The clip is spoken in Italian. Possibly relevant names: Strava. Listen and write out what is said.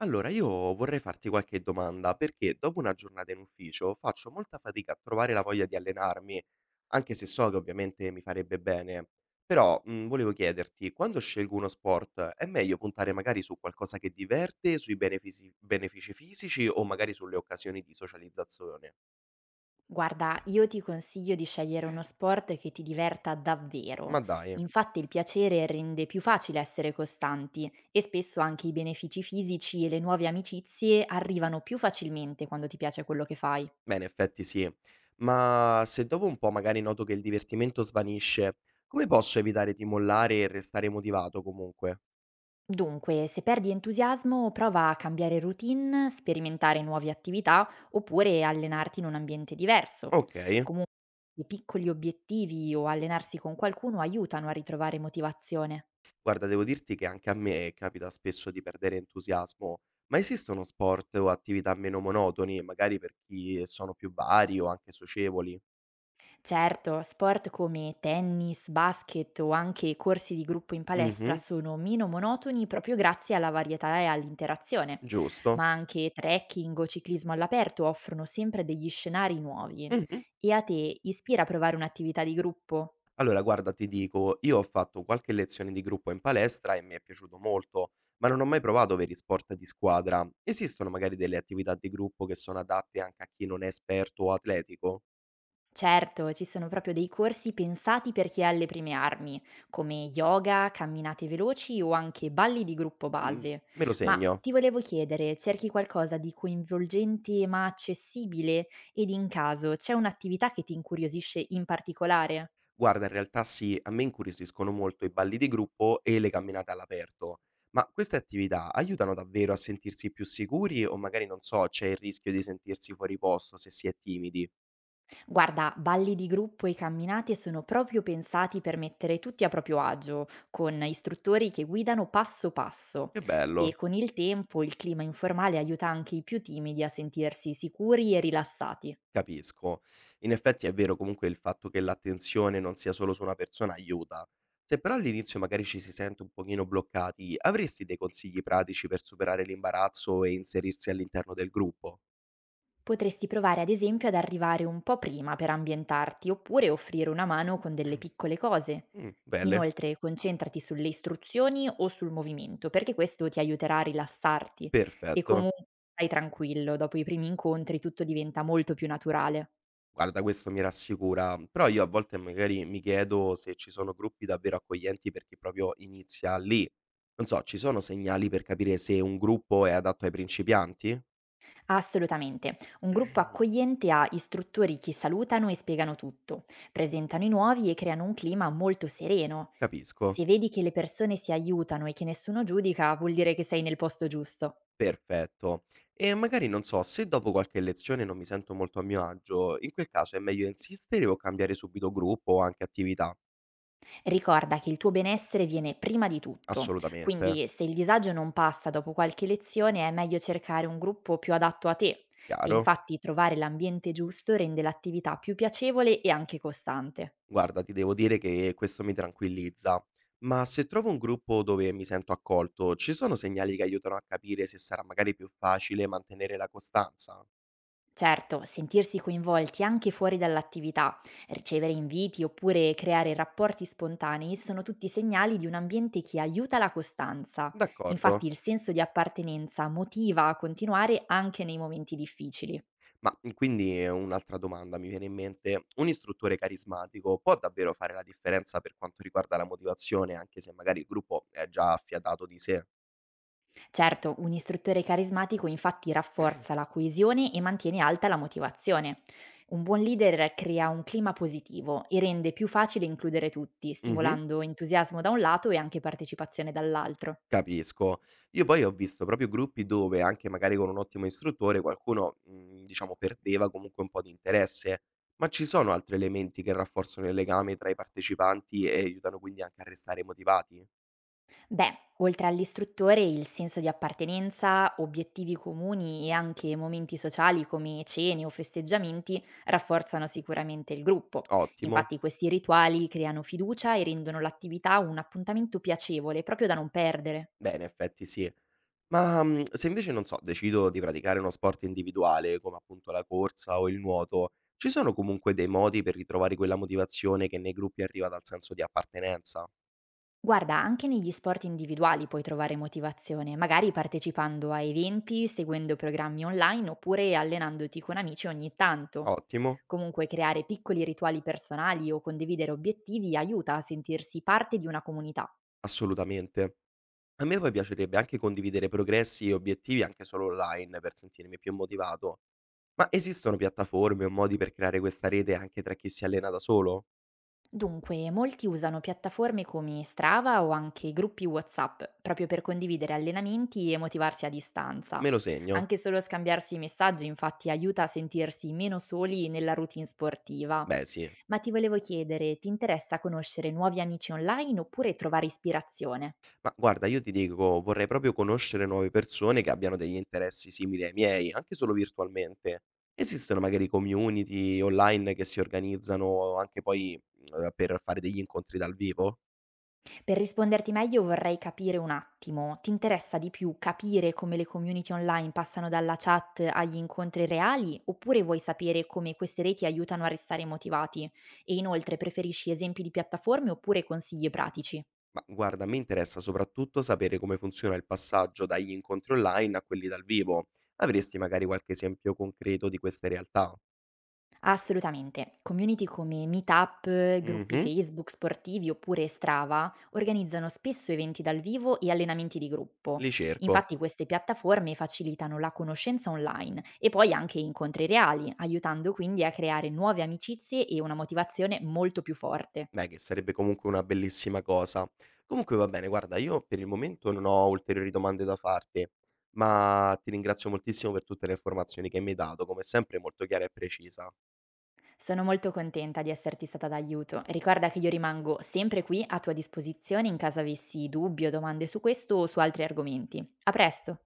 Allora, io vorrei farti qualche domanda, perché dopo una giornata in ufficio faccio molta fatica a trovare la voglia di allenarmi, anche se so che ovviamente mi farebbe bene. Però, volevo chiederti, quando scelgo uno sport, è meglio puntare magari su qualcosa che diverte, sui benefici fisici o magari sulle occasioni di socializzazione? Guarda, io ti consiglio di scegliere uno sport che ti diverta davvero. Ma dai, Infatti il piacere rende più facile essere costanti e spesso anche i benefici fisici e le nuove amicizie arrivano più facilmente quando ti piace quello che fai. beh, in effetti sì. Ma se dopo un po' magari noto che il divertimento svanisce, come posso evitare di mollare e restare motivato comunque? Dunque, se perdi entusiasmo, prova a cambiare routine, sperimentare nuove attività oppure allenarti in un ambiente diverso. Ok. Comunque, i piccoli obiettivi o allenarsi con qualcuno aiutano a ritrovare motivazione. Guarda, devo dirti che anche a me capita spesso di perdere entusiasmo, ma esistono sport o attività meno monotoni, magari per chi sono più vari o anche socievoli? Certo, sport come tennis, basket o anche corsi di gruppo in palestra Mh-mh, sono meno monotoni proprio grazie alla varietà e all'interazione, giusto. ma anche trekking o ciclismo all'aperto offrono sempre degli scenari nuovi. Mh-mh. E a te ispira a provare un'attività di gruppo? Allora guarda, ti dico, io ho fatto qualche lezione di gruppo in palestra e mi è piaciuto molto, ma non ho mai provato veri sport di squadra. Esistono magari delle attività di gruppo che sono adatte anche a chi non è esperto o atletico? Certo, ci sono proprio dei corsi pensati per chi ha le prime armi, come yoga, camminate veloci o anche balli di gruppo Mh, base. me lo Ma segno. ti volevo chiedere, cerchi qualcosa di coinvolgente ma accessibile? Ed in caso c'è un'attività che ti incuriosisce in particolare? Guarda, in realtà sì, a me incuriosiscono molto i balli di gruppo e le camminate all'aperto, ma queste attività aiutano davvero a sentirsi più sicuri o magari non so, c'è il rischio di sentirsi fuori posto se si è timidi? Guarda, balli di gruppo e camminate sono proprio pensati per mettere tutti a proprio agio, con istruttori che guidano passo passo Che e bello, con il tempo il clima informale aiuta anche i più timidi a sentirsi sicuri e rilassati. capisco. In effetti è vero, comunque il fatto che l'attenzione non sia solo su una persona aiuta. Se però all'inizio magari ci si sente un pochino bloccati, avresti dei consigli pratici per superare l'imbarazzo e inserirsi all'interno del gruppo? Potresti provare ad esempio ad arrivare un po' prima per ambientarti oppure offrire una mano con delle piccole cose. Mm, bene, Inoltre concentrati sulle istruzioni o sul movimento perché questo ti aiuterà a rilassarti e perfetto. comunque stai tranquillo, dopo i primi incontri tutto diventa molto più naturale. Guarda, questo mi rassicura, però io a volte magari mi chiedo se ci sono gruppi davvero accoglienti per chi proprio inizia lì. Non so, ci sono segnali per capire se un gruppo è adatto ai principianti? Assolutamente, un gruppo Mm, accogliente ha istruttori che salutano e spiegano tutto, presentano i nuovi e creano un clima molto sereno. Se capisco, vedi che le persone si aiutano e che nessuno giudica, vuol dire che sei nel posto giusto. perfetto. E magari non so, se dopo qualche lezione non mi sento molto a mio agio, in quel caso è meglio insistere o cambiare subito gruppo o anche attività? Ricorda che il tuo benessere viene prima di tutto, Assolutamente, quindi se il disagio non passa dopo qualche lezione è meglio cercare un gruppo più adatto a te e chiaro. infatti trovare l'ambiente giusto rende l'attività più piacevole e anche costante. Guarda, ti devo dire che questo mi tranquillizza, ma se trovo un gruppo dove mi sento accolto, ci sono segnali che aiutano a capire se sarà magari più facile mantenere la costanza? Certo, sentirsi coinvolti anche fuori dall'attività, ricevere inviti oppure creare rapporti spontanei sono tutti segnali di un ambiente che aiuta la costanza. Infatti D'accordo. il senso di appartenenza motiva a continuare anche nei momenti difficili. Ma mhmm, quindi un'altra domanda mi viene in mente, un istruttore carismatico può davvero fare la differenza per quanto riguarda la motivazione, anche se magari il gruppo è già affiatato di sé? Certo, un istruttore carismatico infatti rafforza la coesione e mantiene alta la motivazione. Un buon leader crea un clima positivo e rende più facile includere tutti, Mhm. stimolando entusiasmo da un lato e anche partecipazione dall'altro. Capisco. Io poi ho visto proprio gruppi dove, anche magari con un ottimo istruttore, qualcuno, diciamo perdeva comunque un po' di interesse. Ma ci sono altri elementi che rafforzano il legame tra i partecipanti e aiutano quindi anche a restare motivati? Beh, oltre all'istruttore, il senso di appartenenza, obiettivi comuni e anche momenti sociali come cene o festeggiamenti rafforzano sicuramente il gruppo. Ottimo. Infatti questi rituali creano fiducia e rendono l'attività un appuntamento piacevole proprio da non perdere. Beh, in effetti sì. Ma, se invece, non so, decido di praticare uno sport individuale, come appunto la corsa o il nuoto, ci sono comunque dei modi per ritrovare quella motivazione che nei gruppi arriva dal senso di appartenenza? Guarda, anche negli sport individuali puoi trovare motivazione, magari partecipando a eventi, seguendo programmi online oppure allenandoti con amici ogni tanto. Ottimo, Comunque creare piccoli rituali personali o condividere obiettivi aiuta a sentirsi parte di una comunità. assolutamente. A me poi piacerebbe anche condividere progressi e obiettivi anche solo online per sentirmi più motivato. Ma esistono piattaforme o modi per creare questa rete anche tra chi si allena da solo? Dunque, molti usano piattaforme come Strava o anche gruppi WhatsApp proprio per condividere allenamenti e motivarsi a distanza. Me lo segno? Anche solo scambiarsi i messaggi infatti aiuta a sentirsi meno soli nella routine sportiva. Beh, sì. Ma ti volevo chiedere, ti interessa conoscere nuovi amici online oppure trovare ispirazione? Ma guarda, io ti dico, vorrei proprio conoscere nuove persone che abbiano degli interessi simili ai miei, anche solo virtualmente. Esistono magari community online che si organizzano anche poi per fare degli incontri dal vivo? Per risponderti meglio vorrei capire un attimo, ti interessa di più capire come le community online passano dalla chat agli incontri reali oppure vuoi sapere come queste reti aiutano a restare motivati? E inoltre preferisci esempi di piattaforme oppure consigli pratici? Ma guarda, mi interessa soprattutto sapere come funziona il passaggio dagli incontri online a quelli dal vivo. Avresti magari qualche esempio concreto di queste realtà? Assolutamente. Community come meetup, gruppi Mhm, Facebook sportivi oppure Strava organizzano spesso eventi dal vivo e allenamenti di gruppo. li cerco. Infatti queste piattaforme facilitano la conoscenza online e poi anche incontri reali, aiutando quindi a creare nuove amicizie e una motivazione molto più forte. Beh, che sarebbe comunque una bellissima cosa. Comunque va bene, guarda, io per il momento non ho ulteriori domande da farti, ma ti ringrazio moltissimo per tutte le informazioni che mi hai dato, come sempre molto chiara e precisa. Sono molto contenta di esserti stata d'aiuto. Ricorda che io rimango sempre qui a tua disposizione in caso avessi dubbi o domande su questo o su altri argomenti. A presto!